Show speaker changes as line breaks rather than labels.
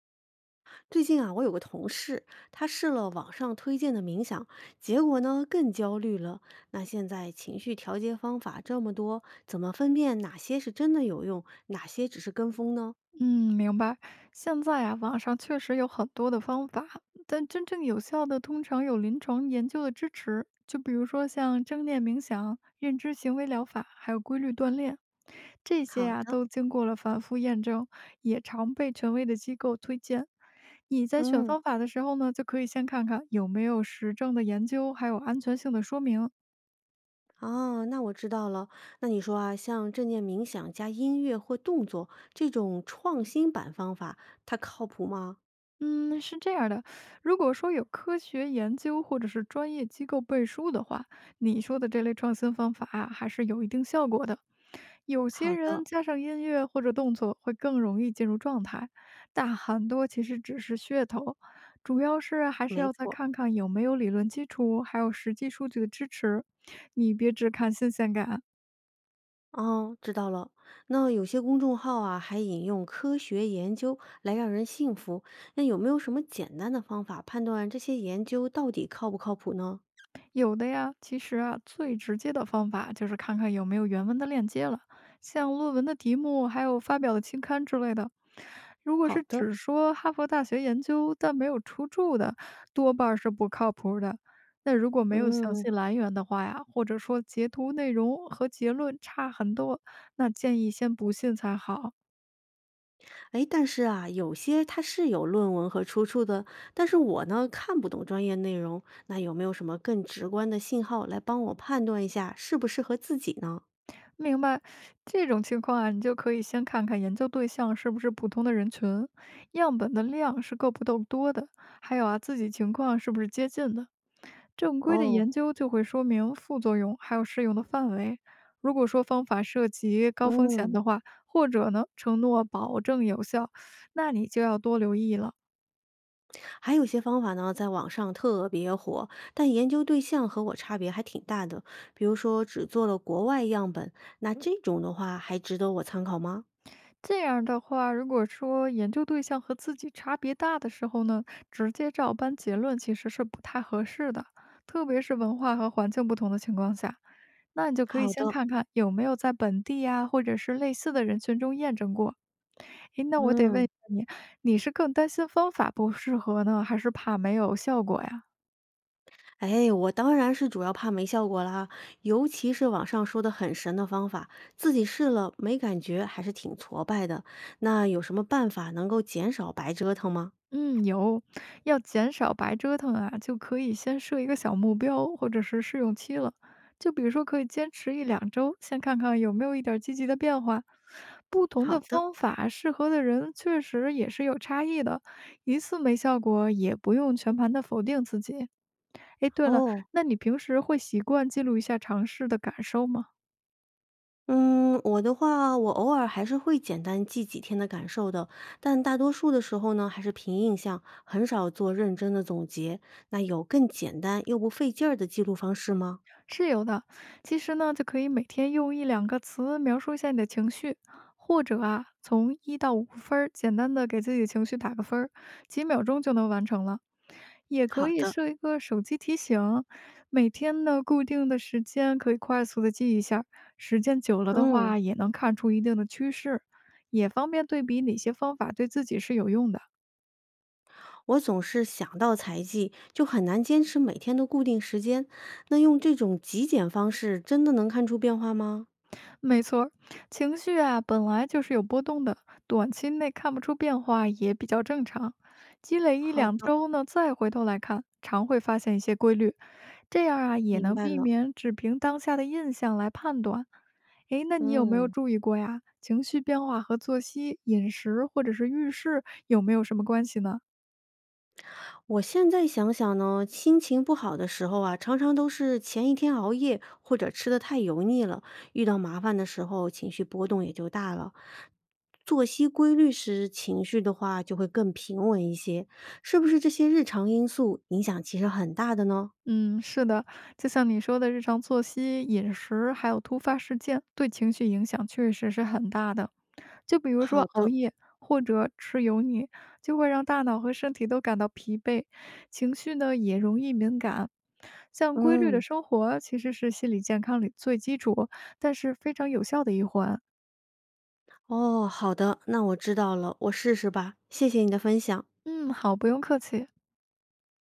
最近啊，我有个同事，他试了网上推荐的冥想，结果呢更焦虑了。那现在情绪调节方法这么多，怎么分辨哪些是真的有用，哪些只是跟风呢？
嗯，明白。现在啊，网上确实有很多的方法，但真正有效的通常有临床研究的支持。就比如说像正念冥想、认知行为疗法，还有规律锻炼，这些
好
啊
的，
都经过了反复验证，也常被权威的机构推荐。你在选
嗯，
方法的时候呢，就可以先看看有没有实证的研究，还有安全性的说明。
哦，那我知道了。那你说啊，像正念冥想加音乐或动作这种创新版方法，它靠谱吗？
嗯，是这样的，如果说有科学研究或者是专业机构背书的话，你说的这类创新方法啊，还是有一定效果的。有些
好的，
人加上音乐或者动作会更容易进入状态，但很多其实只是噱头，主要是还是
没
要再
错。
看看有没有理论基础，还有实际数据的支持。你别只看新鲜感，
哦，知道了。那有些公众号啊，还引用科学研究来让人信服。那有没有什么简单的方法判断这些研究到底靠不靠谱呢？
有的呀，其实啊，最直接的方法就是看看有没有原文的链接了，像论文的题目，还有发表的期刊之类的。如果
好
是
的，
只说哈佛大学研究但没有出处的，多半儿是不靠谱儿的。那如果没有详
嗯，
细来源的话呀，或者说截图内容和结论差很多，那建议先不信才好。
哎，但是啊，有些它是有论文和出处的，但是我呢看不懂专业内容，那有没有什么更直观的信号来帮我判断一下适不适合自己呢？
明白，这种情况啊，你就可以先看看研究对象是不是普通的人群，样本的量是够不够多的，还有啊自己情况是不是接近的。正规的
哦，
研究就会说明副作用还有适用的范围。如果说方法涉及高风险
嗯。
的话，或者呢承诺保证有效，那你就要多留意了。
还有一些方法呢，在网上特别火，但研究对象和我差别还挺大的。比如说，只做了国外样本，那这种的话还值得我参考吗？
这样的话，如果说研究对象和自己差别大的时候呢，直接照搬结论其实是不太合适的，特别是文化和环境不同的情况下。那你就可以
好
先
的，
看看有没有在本地呀、或者是类似的人群中验证过。诶，那我得问一
嗯，
下你，你是更担心方法不适合呢，还是怕没有效果呀？
哎，我当然是主要怕没效果啦，尤其是网上说的很神的方法，自己试了没感觉，还是挺挫败的。那有什么办法能够减少白折腾吗？
嗯，有，要减少白折腾啊，就可以先设一个小目标，或者是试用期了。就比如说，可以坚持一两周，先看看有没有一点儿积极的变化。不同
好
的
的，
方法适合的人确实也是有差异的，一次没效果也不用全盘的否定自己。诶，对了，
哦，
那你平时会习惯记录一下尝试的感受吗？
嗯，我的话，我偶尔还是会简单记几天的感受的，但大多数的时候呢，还是凭印象，很少做认真的总结。那有更简单又不费劲儿的记录方式吗？
是有的，其实呢，就可以每天用一两个词描述一下你的情绪，或者啊，从一到五分儿，简单的给自己情绪打个分儿，几秒钟就能完成了。也
好
可以
的，
设一个手机提醒，每天呢固定的时间可以快速的记一下儿时间久了的
嗯，
话也能看出一定的趋势，也方便对比哪些方法对自己是有用的。
我总是想到才记，就很难坚持每天的固定时间。那用这种极简方式，真的能看出变化吗？
没错儿情绪啊本来就是有波动的，短期内看不出变化也比较正常。积累一
好
两
的，
周呢，再回头来看，常会发现一些规律，这样啊也
明
能
白
避
了。
免只凭当下的印象来判断。诶，那你有没有
嗯。
注意过呀？情绪变化和作息、饮食或者是遇事有没有什么关系呢？
我现在想想呢，心情不好的时候啊，常常都是前一天熬夜或者吃的太油腻了，遇到麻烦的时候情绪波动也就大了。作息规律时，情绪的话就会更平稳一些，是不是这些日常因素影响其实很大的呢？
嗯，是的，就像你说的，日常作息、饮食，还有突发事件，对情绪影响确实是很大的。就比如说
好
熬
的，
夜或者吃油腻，就会让大脑和身体都感到疲惫，情绪呢也容易敏感。像规律的
嗯，
生活其实是心理健康里最基础，但是非常有效的一环。
哦，好的，那我知道了，我试试吧，谢谢你的分享。
嗯，好，不用客气。